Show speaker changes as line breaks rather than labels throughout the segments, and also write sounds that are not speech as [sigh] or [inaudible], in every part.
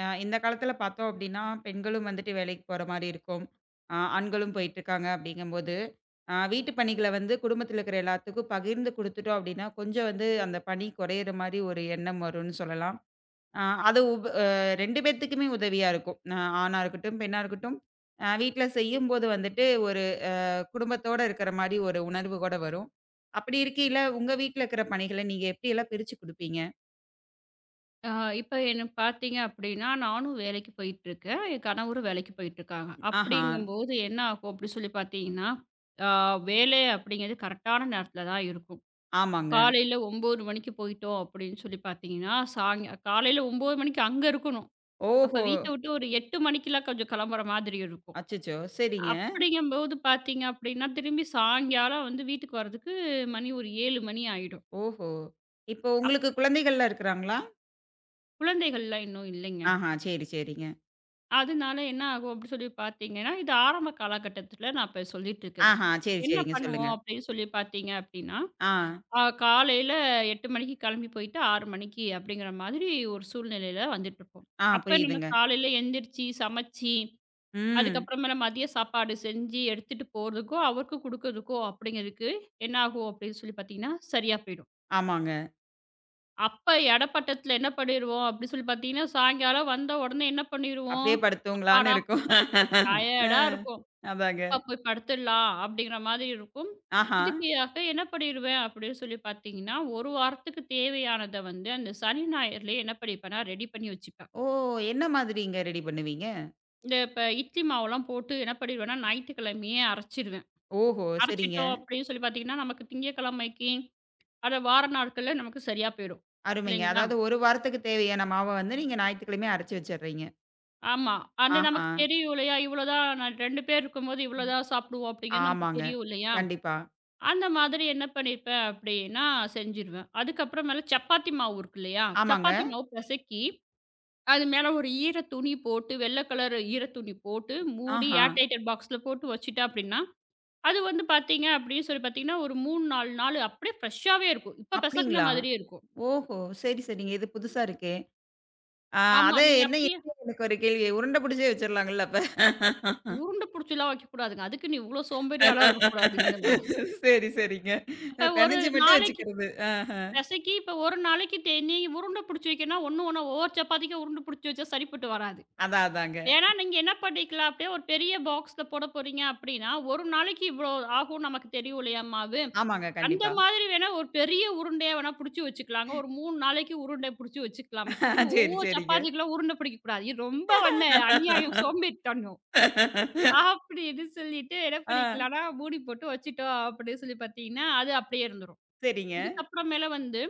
இந்த காலத்துல பார்த்தோம் அப்படின்னா, பெண்களும் வந்துட்டு வேலைக்கு போற மாரி இருக்கும். ஆண்களும் போயிட்டுருக்காங்க அப்படிங்கும்போது, வீட்டு பணிகள வந்து குடும்பத்துல இருக்கிற எல்லாத்துக்கும் பகிர்ந்து குடுத்துட்டோம் அப்படின்னா, கொஞ்சம் வந்து அந்த பணி குறையிற மாரி ஒரு எண்ணம் வரும்னு சொல்லலாம். அ அது உப அ 2 பேத்துக்குமே உதவியா இருக்கும். ஆணா இருக்கட்டும், பெண்ணா இருக்கட்டும். வீட்ல செய்யும்போது வந்துட்டு ஒரு குடும்பத்தோட இருக்கிற மாரி ஒரு உணர்வு கூட வரும். அப்படி இருக்கையில, உங்க வீட்ல இருக்கிற பணிகள நீங்க எப்படியெல்லாம் பிரிச்சு குடுப்பீங்க?
ஆ இப்ப என்ன பார்த்தீங்க அப்படின்னா, நானும் வேலைக்கு போயிட்டுருக்கேன். என் கணவரும் வேலைக்கு போயிட்டுருக்காங்க.
ஆஹா.
அப்படிங்கும்போது என்ன ஆகும் அப்படின்னு சொல்லி பார்த்தீங்கன்னா, ஆ வேலை அப்படிங்கிறது கரெக்டான நேரத்தில தான் இருக்கும்.
ஆமாங்க.
காலையில 9 மணிக்கு போயிட்டோம் அப்படின்னு சொல்லி பார்த்தீங்கன்னா, சாய்ங் காலையில 9 மணிக்கு அங்க இருக்கணும். அப்ப
ஓஹோ!
வீட்ட விட்டு ஒரு 8 மணிக்கெல்லாம் கொஞ்சம் கிளம்புற மாதிரி இருக்கும்.
அச்சச்சோ! சரிங்க.
அப்படிங்கும்போது பார்த்தீங்க அப்படின்னா, திரும்பி சாயங்காலம் வந்து வீட்டுக்கு வரதுக்கு மணி ஒரு 7 மணி ஆயிடும்.
ஓஹோ! இப்போ
அப்
உங்களுக்கு குழந்தைகள்லாம் இருக்கிறாங்களா?
குழந்தைகள்லாம் இன்னும் இல்லைங்க.
ஆஹா, சரி, சரிங்க.
அதனால என்ன ஆகும் அப்படி சொல்லி பார்த்தீங்கன்னா, இது ஆரம்ப காலகட்டத்தில நான் இப்ப சொல்லிட்டு இருக்குது.
ஆஹா, சரி,
என்ன
சரிங்க. சொல்லுங்க.
பண்ணுவோம் அப்படின்னு சொல்லி பார்த்தீங்க அப்படின்னா,
ஆ,
காலையில 8 மணிக்கு கிளம்பி போயிட்டு 6 மணிக்கு அப்படிங்கிற மாதிரி ஒரு சூழ்நிலையில வந்துட்டுருப்போம்.
ஆ
அப்ப நம்ம
புரியுதுங்க.
காலையில எந்திரிச்சு, சமைச்சு,
ம்.
அதுக்கப்புறமேல மதிய சாப்பாடு செஞ்சு எடுத்துட்டு போறதுக்கோ, அவருக்கும் குடுக்கறதுக்கோ அப்படிங்கிறதுக்கு என்ன ஆகும் அப்படின்னு சொல்லி பார்த்தீங்கன்னா, சரியா போயிடும்.
ஆமாங்க.
அப்ப இடைப்பட்டத்தில என்ன பண்ணிருவோம் அப்படின்னு சொல்லி பார்த்தீங்கன்னா, சாயங்காலம் வந்த உடனே என்ன பண்ணிருவோம்,
அப்படியே படுத்தூங்கலான்னு
அப்பாடா!
இருக்கும். அ,
டயர்டா இருக்கும்.
அதாங்க.
அப்பா போய் படுத்துடலாம் அப்படிங்கிற மாதிரி இருக்கும்.
ஆஹா.
இதுக்கு அக்க என்ன பண்ணிருவேன் அப்படின்னு சொல்லி பார்த்தீங்கன்னா, ஒரு வாரத்துக்கு தேவையானத வந்து அந்த சனி, ஞாயிறுலயே என்ன பண்ணிப்பேன்னா ரெடி பண்ணி வச்சுப்பேன்.
ஓ! என்ன மாதிரிங்க ரெடி பண்ணுவீங்க?
இந்த இப்ப இட்லி மாவுலாம் போட்டு என்ன பண்ணிருவேன்னா, ஞாயித்துக்கிழமையே அரைச்சிருவேன்.
ஓஹோ! சரிங்க.
அரைச்சிட்டோம் அப்படின்னு சொல்லி பார்த்தீங்கன்னா, நமக்கு திங்கட்கிழமைக்கு அத வார நாட்கள்ல நமக்கு சரியா போயிடும்.
அருமைங்க.
இல்லைங்களா?
அதாவது 1 வாரத்துக்கு தேவையான மாவ வந்து நீங்க ஞாயித்துக்கிழமை அரைச்சு வச்சுடுறீங்க.
ஆமா. அது
ஆஹா.
நமக்கு தெரியும் இல்லையா? இவ்வளோதான் நான் 2 பேர் இருக்கும்போது
ம்.
இவ்வளோதான் சாப்பிடுவோம் அப்படிங்கிறது நமக்கு
ஆமாங்க.
தெரியும் இல்லையா?
கண்டிப்பா.
அந்த மாதிரி என்ன பண்ணியிருப்பேன் அப்படின்னா செஞ்சுருவேன். அதுக்கப்புறமேல சப்பாத்தி மாவு இருக்கு இல்லையா?
ஆமாங்க.
சப்பாத்தி மாவு பெசக்கி, அது மேல ஒரு ஈர துணி போட்டு, வெள்ள கலர் ஈர துணி போட்டு, மூடி
ஆஹா.
ஏர்டைட்டட் பாக்ஸ்ல போட்டு வச்சுட்டேன் அப்படின்னா, அது வந்து பார்த்தீங்க அப்படின்னு சொல்லி பார்த்தீங்கன்னா, ஒரு 3, 4 நாள் அப்படியே ஃப்ரெஷ்ஷாவே இருக்கும். இப்ப பெசக்குன
அப்படிங்களா?
மாதிரியே இருக்கும்.
ஓஹோ! சரி, சரிங்க. இது புதுசா இருக்கே! ஆ
ஆமா.
அதான்
நீங்க
என்ன
அப்படியே
என்ன எனக்கு ஒரு கேள்வி. உருண்டை பிடிச்சே வச்சிரலாங்கல்ல அப்ப?
உருண்டை புடிச்சுலாம் வைக்கக்கூடாதுங்க. அதுக்குன்னு இவ்ளோ சோம்பேறியாலாம் இருக்கக்கூடாதுங்க நம்ப.
சரி, சரிங்க.
இப்ப ஒரு
பெனஞ்சு மட்டும்
நாளைக்கு
வச்சுக்கிறது. ஆஹ.
பெசக்கி இப்ப ஒரு நாளைக்கு தே நீங்க உருண்டை புடிச்சு வைக்கணும்னா, ஒண்ணு ஒண்ணா ஒவ்வொரு சப்பாத்திக்கும் உருண்டை புடிச்சு வச்சா சரிப்பட்டு வராது.
அதான், அதாங்க.
ஏன்னா, நீங்க என்ன பண்ணிக்கலாம், அப்படியே ஒரு பெரிய பாக்ஸ்ல போட போறீங்க அப்படின்னா, ஒரு நாளைக்கு இவ்வளோ ஆகும்னு நமக்கு தெரியும் இல்லையா மாவு.
ஆமாங்க,
அந்த
கண்டிப்பா.
மாதிரி வேணா ஒரு பெரிய உருண்டையா வேணா புடிச்சு வச்சுக்கலாங்க. ஒரு 3 நாளைக்கு உருண்டை புடிச்சு வச்சுக்கலாமே
ஆ,
தவிர,
சரி,
ஒவ்வொரு
சரிங்க.
சப்பாத்திக்குலாம் உருண்டை பிடிக்கக் கூடாது. இது ரொம்ப வந்து அநியாயம், சோம்பேறித்தனம். அப்படின்னு சொல்லிட்டு என்ன
ஆ,
பண்ணிக்கலாம்னா, மூடி போட்டு வச்சுட்டோம் அப்படின்னு சொல்லி பார்த்தீங்கன்னா, அது அப்படியே இருந்துரும்.
சரிங்க.
இதுக்கப்புறமேல வந்து,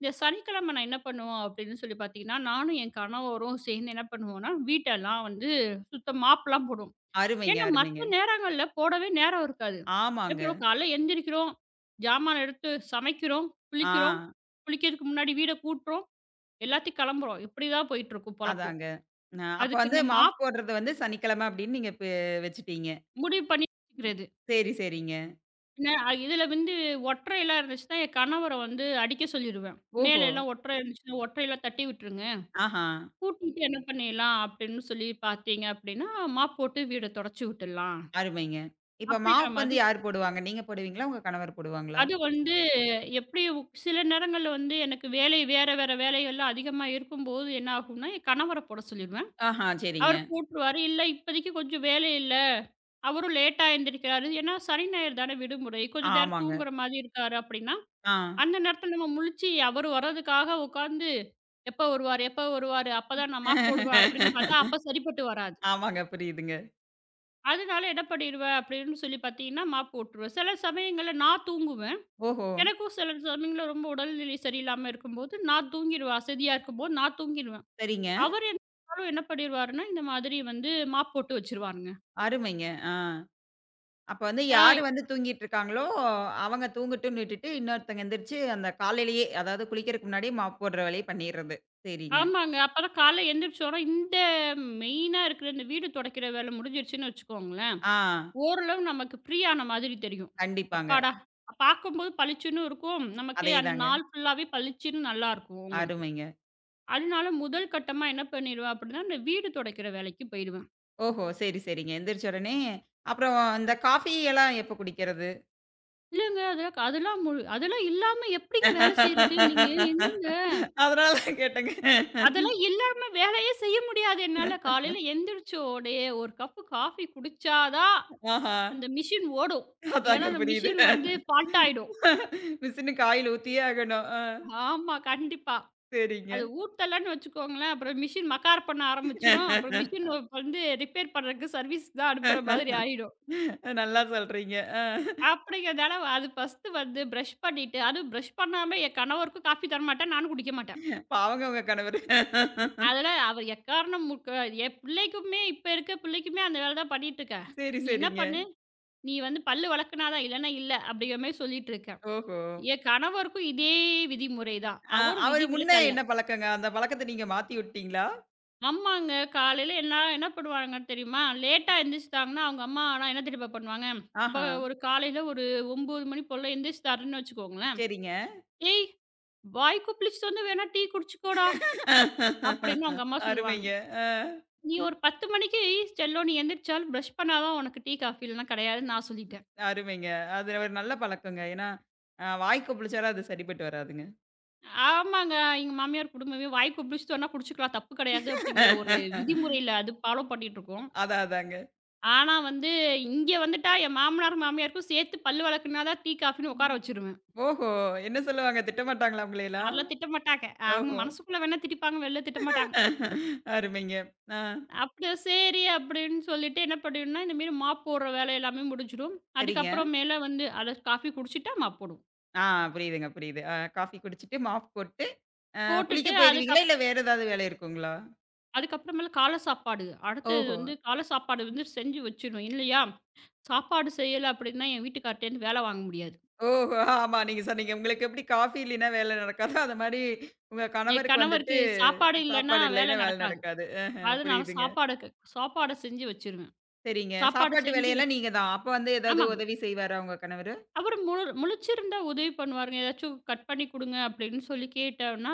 இந்த சனிக்கிழமை நான் என்ன பண்ணுவோம் அப்படின்னு சொல்லி பார்த்தீங்கன்னா, நானும் என் கணவரும் சேர்ந்து என்ன பண்ணுவோம்னா, வீட்டெல்லாம் வந்து சுத்தம் மாப்லாம் போடுவோம்.
அருமைங்க,
ஏன்னா
அருமைங்க.
மத்த நேரங்கள்ல போடவே நேரம் இருக்காது.
ஆமாங்க.
எப்பறம் காலைல எந்திரிக்கிறோம், ஜாமான எடுத்து சமைக்கிறோம்,
ஆ,
குளிக்கிறோம், குளிக்கிறதுக்கு முன்னாடி வீட கூட்டுறோம், எல்லாத்தையும் கிளம்புறோம். இப்படிதான் போயிட்டுருக்கும் பொழப்பு.
அதாங்க. அப்ப
அதுக்கு
வந்து
இந்த
மாஃப்
மாப்
போடுறது வந்து சனிக்கிழமை அப்படின்னு நீங்க வச்சுட்டீங்க.
முடிவு பண்ணி வச்சுக்கிறது.
சரி, சரிங்க.
என்ன இதுல வந்து ஒற்றையெல்லாம் இருந்துச்சுன்னா, என் கணவர வந்து அடிக்க சொல்லிருவேன்.
ஓஹோ!
மேல எல்லாம் ஒற்றை இருந்துச்சுன்னா, ஒற்றையில தட்டி விட்டுருங்க.
ஆஹா.
கூட்டிட்டு என்ன பண்ணிடலாம் அப்படின்னு சொல்லி பார்த்தீங்க அப்படின்னா, மாப் போட்டு வீட தொடச்சு விட்டுடலாம்.
அருமைங்க. இப்ப
அப்படிங்கிற
மாஃப் வந்து
மாதிரி
யார் போடுவாங்க? நீங்க போடுவீங்களா? உங்க கணவர் போடுவாங்களா?
அது வந்து எப்படி சில நேரங்கள்ல வந்து எனக்கு வேலை வேற வேற வேலைகள்லாம் அதிகமா இருக்கும்போது என்ன ஆகும்னா, என் கணவர போட சொல்லிருவேன்.
ஆஹா, சரிங்க.
அவரு போட்டுருவாரு. இல்ல இப்போதைக்கு கொஞ்சம் வேலை இல்ல. அவரும் லேட்டா எழுந்திரிக்கிறாரு. ஏன்னா சனி, ஞாயிறு தானே விடுமுறை. கொஞ்ச நேரம்
ஆமாங்க.
தூங்குற மாதிரி இருக்காரு அப்படின்னா,
ஆ.
அந்த நேரத்துல நம்ம முழிச்சு அவரு வர்றதுக்காக உட்காந்து, எப்ப வருவாரு? எப்ப வருவாரு? அப்பதான் நான் மாப் போடுவேன் அப்படின்னு பார்த்தா, அப்ப சரிப்பட்டு வராது.
ஆமாங்க, புரியுதுங்க.
அதனால என்ன பண்ணிருவேன் அப்படின்னு சொல்லி பார்த்தீங்கன்னா, மாப் போட்டுருவேன். சில சமயங்கள்ல நான் தூங்குவேன்.
ஓஹோ!
எனக்கும் சில சமயங்கள்ல ரொம்ப உடல்நிலை சரியில்லாம இருக்கும்போது, நான் தூங்கிருவேன். அசதியா இருக்கும்போது நான் தூங்கிருவேன்.
சரிங்க.
அவரு என்ன பண்ணாலும் என்ன பண்ணிருவாருன்னா, இந்த மாதிரி வந்து மாப் போட்டு வச்சுருவாருங்க.
அருமைங்க. ஆ. அப்ப வந்து
ஆ
யாரு வந்து தூங்கிட்டு இருக்காங்களோ, அவங்க தூங்கட்டும்னு விட்டுட்டு, இன்னொருத்தங்க எந்திரிச்சு அந்த காலையிலேயே, அதாவது குளிக்கிறதுக்கு முன்னாடியே மாப் போடுற வேலைய பண்ணிர்றது. சரிங்க.
ஆமாங்க. அப்பதான் காலைல எந்திரிச்சோனா, இந்த மெயினா இருக்கிற இந்த வீடு துடைக்கிற வேலை முடிஞ்சிருச்சுன்னு வச்சுக்கோங்களேன்,
ஆ.
ஓரளவு நமக்கு ஃப்ரீயான மாதிரி தெரியும்.
கண்டிப்பாங்க.
அப்பாடா! பார்க்கும்போது பளிச்சுன்னு இருக்கும். நமக்கு அந்த
அதேதாங்க.
நாள் ஃபுல்லாவே பளிச்சுன்னு நல்லாருக்கும் உங்களுக்கு.
அருமைங்க.
அதனால முதல் கட்டமா என்ன பண்ணிருவேன் அப்படின்னா, இந்த வீடு துடைக்கிற வேலைக்கு போயிடுவேன்.
ஓஹோ! சரி, சரிங்க. எந்திரிச்ச உடனே அப்புறம் இந்த காஃபி எல்லாம் எப்ப குடிக்கிறது?
இல்லங்க. அதெல்லாம் க அதெல்லாம் மு அதெல்லாம் இல்லாம எப்படிங்க வேலை செய்றது? நீங்க என்னங்க
[laughs] அதனால கேட்டேங்க.
அதெல்லாம் இல்லாம வேலையே செய்ய முடியாது என்னால. காலையில எந்திரிச்ச உடயே 1 கப்பு காஃபி குடிச்சா தான்
ஆஹா.
அந்த மிஷின் ஓடும்.
அதாங்க
இல்லன்னா அந்த
புரியுது.
மிஷின் வந்து ஃபால்ட் ஆயிடும்.
மிஸ்ஸுன்னு காய்ல ஊத்தியே ஆகணும். ஆ
ஆமா, கண்டிப்பா.
சரிங்க.
அது ஊத்தலன்னு வச்சுக்கோங்களேன், அப்புறம் மிஷின் மக்கார் பண்ண ஆரம்பிச்சுரும். அப்புறம் மிஷின் வந்து ரிப்பேர் பண்றதுக்கு சர்வீஸ் தான் அனுப்புற மாதிரி ஆயிடும்.
நல்லா சொல்றீங்க. ஆ
அப்படிங்கிறதால அது ஃபர்ஸ்ட்டு வந்து பிரஷ் பண்ணிட்டு அதுவும் பிரஷ் பண்ணாம என் கணவருக்கும் காஃபி தரமாட்டேன், நானும் குடிக்க மாட்டேன்.
பாவங்க உங்க கணவரு.
அதெல்லாம் அவ எக்காரணம் முக்க என் பிள்ளைக்குமே இப்ப இருக்க பிள்ளைக்குமே அந்த வேலை தான் பண்ணிட்டுருக்க.
சரி,
நீ என்ன
சரிங்க.
பண்ணு, நீ வந்து பல்லு விளக்குனா தான், இல்லன்னா இல்ல. அப்படிங்கிற மாரி சொல்லிட்டுருக்கேன்.
ஓஹோ!
என் கணவருக்கும் இதே விதிமுறை தான்.
அ
அவரும்
அவரு முன்ன
விதிவிலக்கல்ல.
என்ன பழக்கங்க? அந்த பழக்கத்த நீங்க மாத்தி விட்டீங்களா?
ஆமாங்க. காலையில என்ன என்ன பண்ணுவாங்க தெரியுமா? லேட்டா எந்திரிச்சுட்டாங்கன்னா, அவங்க அம்மா ஆனா என்ன தெரியுமா பண்ணுவாங்க? இப்ப
ஆஹா!
ஒரு காலையில ஒரு 9 மணி போல எந்திரிச்சுட்டாருன்னு வச்சுக்கோங்களேன்.
சரிங்க.
"ஏய்! வாய் கொப்பளிச்சுட்டு வந்து வேணா டீ குடிச்சுக்கோடா" அப்படின்னு அவங்க அம்மா சொல்லுவாங்க.
அருமைங்க. ஆ
நீ ஒரு 10 மணிக்கு செல்லம் நீ எந்திரிச்சாலும் பிரஷ் பண்ணாதான் உனக்கு டீ, காஃபி இல்லன்னா கிடையாதுன்னு நான் சொல்லிட்டேன்.
அருமைங்க. அது ஒரு நல்ல பழக்கங்க. ஏன்னா, வாய்க்கு புளிச்சாலும் அது சரிப்பட்டு வராதுங்க.
ஆமாங்க. எங்க மாமியார் குடும்பமே வாய் கொப்பளிச்சுட்டு வேணா குடிச்சுக்கலாம். தப்பு கிடையாது அப்படிங்கிற ஒரு விதிமுறையில அது ஃபாலோ பண்ணிட்டுருக்கோம்.
அதான் அதாங்க.
ஆனா வந்து இங்க வந்துட்டா என் மாமனார், மாமியாருக்கும் சேர்த்து பல்லு விளக்குனா தான் டீ, காஃபின்னு உட்கார வச்சுருவேன்.
ஓஹோ! என்ன சொல்லுவாங்க? திட்டமாட்டாங்களா உங்களையெல்லாம்?
அதெல்லாம் திட்டமாட்டாங்க. அவங்க
ஓஹோ!
மனசுக்குள்ள வேணா திட்டிப்பாங்க. வெளில திட்டமாட்டாங்க.
அருமைங்க. ஆ,
அப்படி சரி அப்படின்னு சொல்லிட்டு என்ன பண்ணிடும்னா, இந்த மாரி மாப் போடுற வேலை எல்லாமே முடிஞ்சிடும்.
சரிங்க.
அதுக்கப்புறம் மேல வந்து அத காஃபி குடிச்சுட்டா மாப் போடுவோம்.
ஆ புரியுதுங்க, புரியுது. ஆ காஃபி குடிச்சிட்டு, மாப் போட்டு, அ குளிக்க
போட்டுட்டு
போயிருவீங்களா? இல்ல வேற ஏதாவது வேலை இருக்குங்களா?
அதுக்கப்புறமேல காலை சாப்பாடு. அடுத்தது
ஓஹோ!
வந்து காலை சாப்பாடு வந்து செஞ்சு வச்சுடணும். இல்லையா, சாப்பாடு செய்யல அப்படின்னா, என் வீட்டுக்கார்ட்டேருந்து வேலை வாங்க முடியாது.
ஓஹோ! ஆமா நீங்க சொன்னீங்க. உங்களுக்கு எப்படி காஃபி இல்லைன்னா வேலை நடக்காதோ, அது மாரி உங்க
என்
கணவருக்கு வந்துட்டு
கணவருக்கு சாப்பாடு இல்லன்னா
சாப்பாடு
வேலை
இல்லைன்னா வேலை
நடக்காது.
நடக்காது. ஆஹ
அதனால
புரியுதுங்க.
சாப்பாடுக்கு சாப்பாடு சாப்பாடை செஞ்சு வச்சுருவேன்.
சரிங்க.
சாப்பாடு
சாப்பாட்டு
செஞ்சு
வேலையெல்லாம்
வச்
நீங்க தான். அப்ப வந்து ஏதாவது
ஆமாங்க.
உதவி செய்வாரா உங்க கணவரு?
அவரு முழு முழிச்சிருந்தா உதவி பண்ணுவாருங்க. ஏதாச்சும் கட் பண்ணி குடுங்க அப்படின்னு சொல்லி கேட்டோம்னா,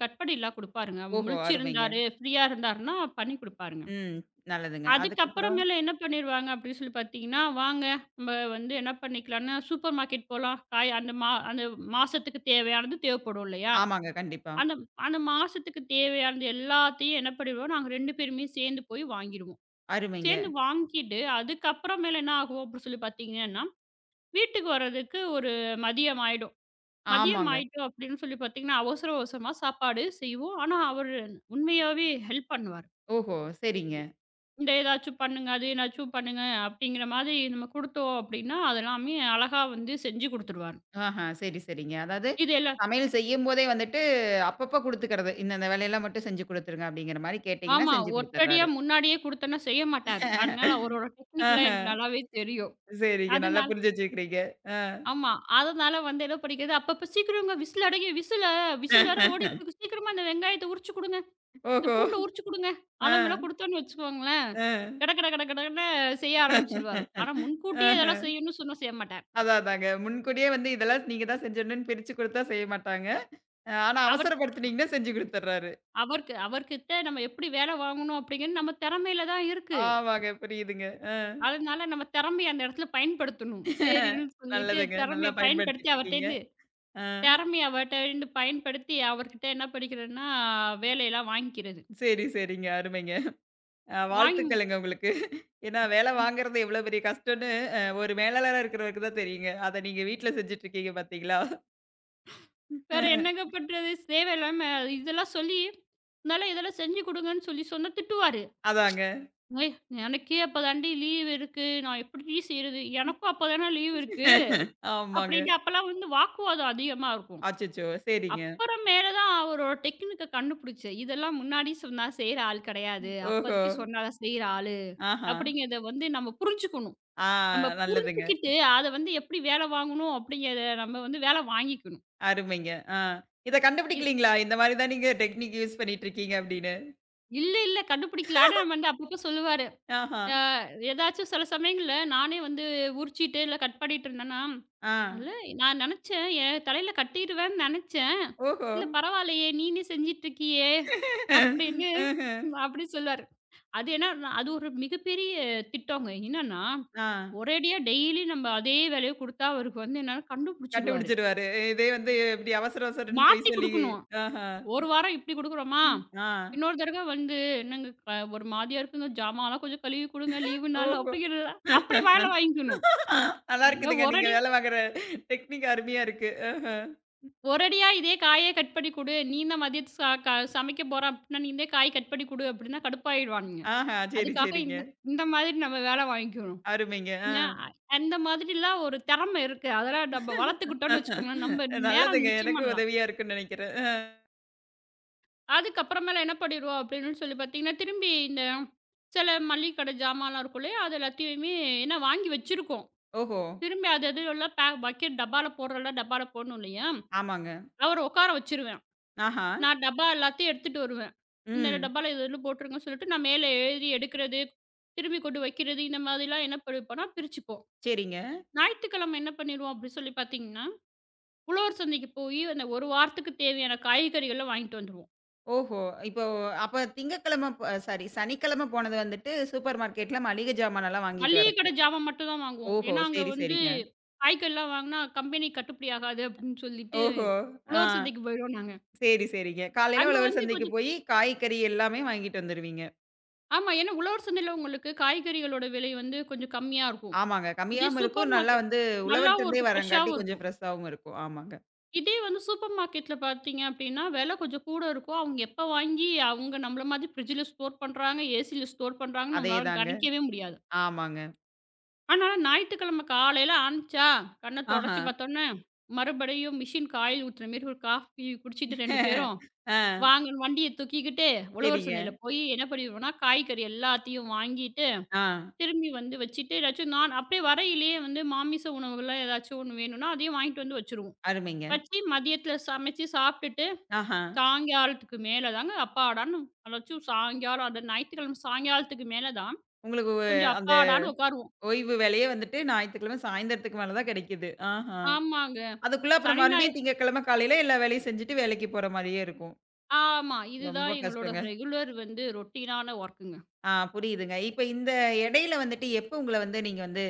கட் பண்ணிலாம் குடுப்பாருங்க.
ஓஹோ! அருமைங்க.
முழிச்சிருந்தாரு, ஃப்ரீயா இருந்தாருன்னா பண்ணி குடுப்பாருங்க.
ம் நல்லதுங்க. அதுக்கப்புறம்
அதுக்கப்புறமேல என்ன பண்ணிருவாங்க அப்படின்னு சொல்லி பார்த்தீங்கன்னா, "வாங்க நம்ம வந்து என்ன பண்ணிக்கலாம்னா, சூப்பர் மார்க்கெட் போலாம். காய் அந்த மா அந்த மாசத்துக்கு தேவையானது தேவைப்படும் இல்லையா?
ஆமாங்க. கண்டிப்பா.
அந்த அந்த மாசத்துக்கு தேவையானது எல்லாத்தையும் என்ன பண்ணிடுவோம், நாங்க 2 பேருமே சேர்ந்து போய் வாங்கிடுவோம்.
அருமைங்க.
சேர்ந்து வாங்கிட்டு அதுக்கப்புறமேல என்ன ஆகும் அப்படின்னு சொல்லி பார்த்தீங்கன்னா, வீட்டுக்கு வர்றதுக்கு ஒரு மதியம் ஆயிடும். மதியம்
ஆமாங்க.
ஆயிட்டோம் அப்படின்னு சொல்லி பார்த்தீங்கன்னா, அவசர அவசரமா சாப்பாடு செய்வோம். ஆனா அவரு உண்மையாவே ஹெல்ப் பண்ணுவாரு.
ஓஹோ! சரிங்க.
இந்த ஏதாச்சும் பண்ணுங்க, அது ஏதாச்சும் பண்ணுங்க அப்படிங்கிற மாதிரி நம்ம குடுத்தோம் அப்படின்னா, அது எல்லாமே அழகா வந்து செஞ்சு குடுத்துருவாரு.
ஆஹா. சரி, சரிங்க. அதாவது
இது எல்லாம்
சமையல் செய்யும்போதே வந்துட்டு அப்பப்ப குடுத்துக்கிறது. இந்தந்த வேலையெல்லாம் மட்டும் செஞ்சு குடுத்துருங்க அப்படிங்கிற மாரி கேட்டீங்கன்னா
ஆமா.
செஞ்சு
ஒட்டடியா
குடுத்துர்றாரு.
முன்னாடியே குடுத்தோம்னா செய்ய மாட்டாரு. அதனால அவரோட
ஆஹ.
டெக்னிக்லாம் எனக்கு நல்லாவே தெரியும்.
சரிங்க. நல்லா
அதனால
புரிஞ்சு வச்சிருக்கிறீங்க. ஆ.
ஆமா. அதனால வந்து என்ன பண்ணிக்கிறது, அப்பப்ப "சீக்கிரங்க விசில் அடங்கி விசில விசில் வேற ஓடிட்டு இருக்கு. சீக்கிரமா இந்த வெங்காயத்த உரிச்சு குடுங்க. இந்த
ஓஹோ!
பூண்ட உரிச்சு குடுங்க."
ஆ.
அளவெல்லாம் குடுத்தோம்னு வச்சுக்கோங்களேன்,
ஆ.
கட கட கட கடன்னு செய்ய ஆரம்பிச்சுருவாரு. ஆனா முன்கூட்டியே இதெல்லாம்
ஆஹ.
செய்யணும்னு சொன்னா செய்ய மாட்டார்.
அதான் அதாங்க. முன்கூட்டியே வந்து இதெல்லாம் நீங்க தான் செஞ்சிடணும்னு பிரிச்சு குடுத்தா செய்ய மாட்டாங்க. ஆனா
அவர்
அவசரப்படுத்துனீங்கன்னா செஞ்சு குடுத்துர்றாரு.
அவருக்கு அவர்கிட்ட நம்ம எப்படி வேலை வாங்கணும் அப்படிங்கிறது நம்ம திறமையில தான் இருக்கு.
ஆமாங்க. புரியுதுங்க. ஆ.
அதனால நம்ம திறமைய அந்த இடத்துல பயன்படுத்தணும். சரின்னு சொல்லிட்டு
நல்லதுங்க. நல்லா
திறமைய பயன்படுத்தி
பயன்படுத்திட்டு இருக்கீங்க.
அவர்ட்டேருந்து
ஆ.
திறமைய அவர்ட்டேருந்து பயன்படுத்தி அவர்கிட்ட என்ன பண்ணிக்கிறேன்னா, வேலையெல்லாம் வாங்கிக்கிறது.
சரி, சரிங்க. அருமைங்க.
வாங்கி
வாழ்த்துக்கள்ங்க உங்களுக்கு. ஏன்னா வேலை வாங்குறது எவ்வளோ பெரிய கஷ்டம்னு ஒரு மேலாளரா இருக்கிறவருக்கு தான் தெரியுங்க. அத நீங்க வீட்ல செஞ்சுட்டுருக்கீங்க பார்த்தீங்களா?
வேற என்னங்க பண்றது? தேவையில்லாம இதெல்லாம் சொல்லி, "முதல்ல இதெல்லாம் செஞ்சு குடுங்கன்னு" சொல்லி சொன்னா திட்டுவாரு.
அதாங்க.
"ஏய்! எனக்கே அப்பதாண்டி லீவ் இருக்கு. நான் எப்படிடி செய்றது? எனக்கும் அப்பதானே லீவ் இருக்கு"
ஆமாங்க.
அப்படின்னு அப்பலாம் வந்து வாக்குவாதம் அதிகமா இருக்கும்.
அச்சச்சோ! சரிங்க.
அப்புறம் மேல தான் அவரோட டெக்னிக்க கண்டுபிடிச்சேன். இதெல்லாம் முன்னாடி சொன்னா செய்ற ஆள் கிடையாது.
ஓஹோ!
அப்போதைக்கு சொன்னா தான் செய்ற ஆளு.
ஆஹா!
அப்படிங்கிறத வந்து நம்ம புரிஞ்சுக்கணும்.
ஆ
நம்ம
நல்லதுங்க.
புரிஞ்சுக்கிட்டு அத வந்து எப்படி வேலை வாங்கணும் அப்படிங்கிறத நம்ம வந்து வேலை வாங்கிக்கணும்.
அருமைங்க. ஆ. இத
இ
கண்டுபிடிக்கலீங்களா? இந்த மாரி தான் நீங்க டெக்னிக் யூஸ் பண்ணிட்டுருக்கீங்க அப்படின்னு.
இல்ல, இல்ல கண்டுபிடிக்கலான்னு நம்ம வந்து அப்பப்போ சொல்லுவாரு.
ஆஹா!
அ ஏதாச்சும் சில சமயங்கள்ல நானே வந்து உரிச்சிட்டு இல்ல கட் பண்ணிட்டு இருந்தேன்னா,
ஆ.
"அல்ல நான் நினைச்சேன் என் தலையில கட்டிருவேன்னு நினைச்சேன்.
ஓஹோ!
இல்ல பரவாயில்லையே! நீனே செஞ்சுட்டு இருக்கியே!" அப்படின்னு
ம்ஹ்ம்.
அப்படி சொல்லுவாரு. அது என்னன்னா, அது ஒரு மிகப்பெரிய திட்டங்க. என்னன்னா,
ஆ.
ஒரேடியா டெய்லி நம்ம அதே வேலைய குடுத்தா அவருக்கு வந்து என்னன்னா கண்டுபிடிச்சுருவாரு.
கண்டுபிடிச்சுருவாரு. இதே வந்து இப்படி அவசர அவசரன்னு பொய்
மாத்தி
சொல்லி
குடுக்கணும்.
ஆஹா!
ஒரு வாரம் இப்டி குடுக்குறோமா,
ம். ஆ.
இன்னொரு தடவ வந்து "என்னங்க க ஒரு மாதிரியா இருக்குங்க, ஜாமான்லாம் கொஞ்சம் கழுவி குடுங்க லீவு நாள்"
ஓஹோ!
அப்படிங்கிற அப்படி வேலை வாங்கிக்கணும்.
நல்லா
நம்ம
இருக்குதுங்க. நீங்க
ஒரடி
வேலை வாங்குற டெக்னிக் அருமையா இருக்கு. ஆஹ.
ஒரடியா "இதே காயே கட் பண்ணி குடு, நீ தான் மதியத்துக்கு ச க சமைக்க போற அப்படின்னா, நீ இதே காய் கட் பண்ணி குடு" அப்படின்னா கடுப்பாயிடுவானுங்க.
ஆஹா. சரி,
அதுக்காக
சரிங்க.
இந்த இந்த மாதிரி நம்ம வேலை வாங்கிக்கணும்.
அருமைங்க. ஆ.
என்ன அ- அந்த மாதிரிலாம் ஒரு திறமை இருக்கு. அதெல்லாம் நம்ம வளர்த்துக்கிட்டோம்னு வச்சுக்கோங்களேன், நம்ம நேரம்
நல்லதுங்க.
மிச்சம்
எனக்கும்
பண்ணலாம்.
உதவியா இருக்குன்னு நெனைக்கிறேன். அ.
அதுக்கப்புறமேல என்ன பண்ணிருவோம் அப்படின்னு சொல்லி பார்த்தீங்கன்னா, திரும்பி இந்த சில மளிகை கடை ஜாமான்லாம் இருக்கும் இல்லையா? அது எல்லாத்தையுமே என்ன வாங்கி வச்சிருக்கோம்.
ஓஹோ!
திரும்பி அது அது எல்லாம் பே பக்கெட் டப்பால போடுறதெல்லாம் டப்பால போடணும் இல்லையா?
ஆமாங்க.
அவர உட்கார வச்சுருவேன்.
ஆஹா.
நான் டப்பா எல்லாத்தையும் எடுத்துட்டு வருவேன். இந்த
ம்.
டப்பால இது இதுன்னு போட்டுருங்கன்னு சொல்லிட்டு, நான் மேலே எழுதி எடுக்கிறது, திரும்பி கொண்டு வைக்கிறது, இந்த மாதிரிலாம் என்ன பண்ணிருப்போம்னா பிரிச்சுப்போம்.
சரிங்க.
ஞாயித்துக்கிழமை என்ன பண்ணிருவோம் அப்படின்னு சொல்லி பார்த்தீங்கன்னா உழவர் சந்தைக்கு போயி, அந்த ஒரு வாரத்துக்கு தேவையான காய்கறிகள்லாம் வாங்கிட்டு வந்துருவோம்.
ஓஹோ! இப்போ அப்ப திங்கட்கிழமை ப சாரி, சனிக்கிழமை போனது வந்துட்டு சூப்பர் மார்க்கெட்ல மளிகை ஜாமானெல்லாம் வாங்கிட்டு
மளிகை
வரக்கு.
கடை ஜாமான் மட்டும் தான் வாங்குவோம்.
ஓஹோ!
ஏன்னா, அங்க
சரி,
வந்து
சரிங்க.
காய்கறிலாம் வாங்குனா கம்பெனி கட்டுப்படி ஆகாது அப்படின்னு சொல்லிட்டு,
ஓஹோ! ஆ.
உழவர் சந்தைக்கு போயிடுவோம் நாங்க.
சரி, சரிங்க. காலையில
அங்க
உழவர்
வந்து
சந்தைக்கு
கொஞ்சம்
போயி, காய்கறி எல்லாமே வாங்கிட்டு வந்துருவீங்க.
ஆமா. ஏன்னா உழவர் சந்தையில உங்களுக்கு காய்கறிகளோட விலை வந்து கொஞ்சம் கம்மியா இருக்கும்.
ஆமாங்க.
இதே
கம்மியாவும் இருக்கும்.
சூப்பர்
நல்லா
மார்க்கெட்
வந்து உழவர்
நல்லாவும்
சந்தை
இருக்கும்,
வரங்காட்டி
ஃப்ரெஷ்ஷாவும்
கொஞ்சம்
இருக்கும்.
ஃப்ரெஷ்ஷாவும் இருக்கும். ஆமாங்க.
இதே வந்து சூப்பர் மார்க்கெட்ல பார்த்தீங்க அப்படின்னா, விலை கொஞ்சம் கூட இருக்கும். அவங்க எப்ப வாங்கி அவங்க நம்மள மாதிரி ஃப்ரிட்ஜ்ல ஸ்டோர் பண்றாங்க, ஏசில ஸ்டோர் பண்றாங்கன்னு நம்மளால
அதேதாங்க.
கணிக்கவே முடியாது.
ஆமாங்க.
ஆனால ஞாயித்துக்கிழமை காலையில ஆரம்பிச்சா, கண்ண
ஆஹா.
தொடச்சு பார்த்தோன்னே, மறுபடியும் மிஷின் காயில் ஊத்துன மாரி ஒரு காஃபி குடிச்சிட்டு 2 பேரும்,
ஆ.
வாங்கன்னு வண்டிய தூக்கிக்கிட்டு, உழவர்
சரிங்க.
சந்தையில போய் என்ன பண்ணிருவோம்னா, காய்கறி எல்லாத்தையும் வாங்கிட்டு,
ஆ.
திரும்பி வந்து வச்சுட்டு, ஏதாச்சும் நான் அப்படியே வரையிலேயே வந்து மாமிச உணவுகள்லாம் ஏதாச்சும் ஒண்ணு வேணும்னா, அதையும் வாங்கிட்டு வந்து வச்சுருவோம்.
அருமைங்க.
வச்சு மதியத்தில சமைச்சு சாப்பிட்டுட்டு,
ஆஹா.
சாயங்காலத்துக்கு மேல தாங்க அப்பாடான்னு அதாச்சும் சாயங்காலம், அந்த ஞாயித்துக்கிழமை சாயங்காலத்துக்கு மேல தான்,
உங்களுக்கு ஒ
கொஞ்சம்
அந்த
அப்பாடான்னு உட்காருவோம்.
ஓய்வு வேலையே வந்துட்டு ஞாயித்துக்கிழமை சாயந்தரத்துக்கு மேல தான் கிடைக்குது. ஆஹா.
ஆமாங்க.
அதுக்குள்ள அப்புறம்
சனி,
மறுபடியும்
ஞாயிறு
திங்கட்கிழமை காலையில எல்லா வேலையும் செஞ்சுட்டு வேலைக்கு போற மாரியே இருக்கும்.
ஆமா. இதுதான்
ரொம்ப
எங்களோட
கஷ்டங்க.
ரெகுலர் வந்து ரொட்டீனான வொர்க்குங்க.
ஆ புரியுதுங்க. இப்ப இந்த இடையில வந்துட்டு எப்ப உங்கள வந்து நீங்க வந்து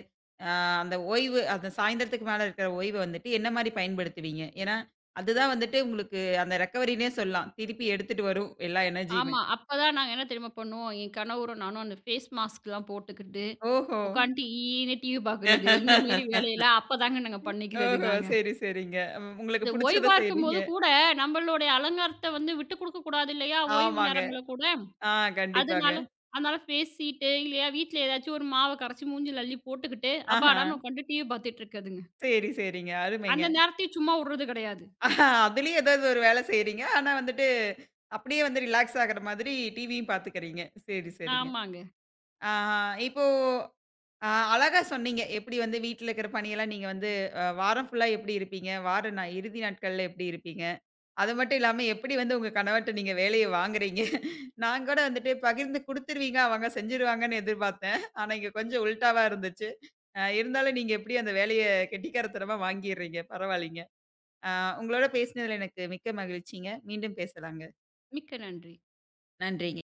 அ அந்த ஓய்வு அந்த சாயந்திரத்துக்கு மேல இருக்கிற ஓய்வ வந்துட்டு என்ன மாரி பயன்படுத்துவீங்க? ஏன்னா, அதுதான் வந்துட்டு உங்களுக்கு அந்த ரெக்கவரின்னே சொல்லலாம். திருப்பி எடுத்துட்டு வரும் எல்லா எனர்ஜியுமே.
ஆமா. அப்பதான் நாங்க என்ன தெரியுமா பண்ணுவோம், என் கணவரும் நானும் அந்த ஃபேஸ் மாஸ்க்லாம் போட்டுக்கிட்டு,
ஓஹோ!
உட்காந்துட்டு ஈன்னு டிவி பார்க்குறது, இந்த மாரி வேலையெல்லாம் அப்பதாங்க நாங்க பண்ணிக்கிறது
ஓஹோ!
நாங்க.
சரி, சரிங்க. ம் உங்களுக்கு
இந்த
புடிச்சத
ஓய்வா
செய்றீங்க.
இருக்கும்போது கூட நம்மளுடைய அலங்காரத்த வந்து விட்டு குடுக்க கூடாது இல்லையா? ஓய்வு
ஆமாங்க.
நேரங்கள்ல கூட.
ஆ கண்டிப்பாங்க.
அதனால அதனால ஃபேஸ் சீட்டு இல்லையா, வீட்ல ஏதாச்சும் ஒரு மாவ கரைச்சு மூஞ்சில அள்ளி போட்டுக்கிட்டு,
ஆஹா.
அப்பாடான்னு உட்காந்துட்டு டிவி பார்த்துட்டு இருக்கிறதுங்க.
சரி, சரிங்க. அருமைங்க.
அந்த நேரத்தையும் சும்மா உடுறது கிடையாது.
ஆஹா, அதுலயும் ஏதாவது ஒரு வேலை செய்றீங்க. ஆனா வந்துட்டு, அப்படியே வந்து ரிலாக்ஸ் ஆகுற மாதிரி டிவியும் பாத்துக்கிறீங்க. சரி, சரிங்க.
ஆமாங்க.
ஆஹா, இப்போ அ அழகா சொன்னீங்க. எப்படி வந்து வீட்ல இருக்கிற பணியெல்லாம் நீங்க வந்து வாரம் ஃபுல்லா எப்படி இருப்பீங்க? வார நா இறுதி நாட்கள்ல எப்படி இருப்பீங்க? அது மட்டும் இல்லாம எப்படி வந்து உங்க கணவர்ட்ட நீங்க வேலைய வாங்குறீங்க? [laughs] நான் கூட வந்துட்டு பகிர்ந்து குடுத்துருவீங்க, அவங்க செஞ்சுருவாங்கன்னு எதிர்பார்த்தேன். ஆனா இங்க கொஞ்சம் உல்டாவா இருந்துச்சு. இருந்தாலும் நீங்க எப்படி அந்த வேலைய கெட்டிக்காரத்தனமா வாங்கிர்றீங்க. பரவாயில்லைங்க. அ உங்களோட பேசினதுல எனக்கு மிக்க மகிழ்ச்சிங்க. மீண்டும் பேசலாங்க.
மிக்க நன்றி.
நன்றிங்க.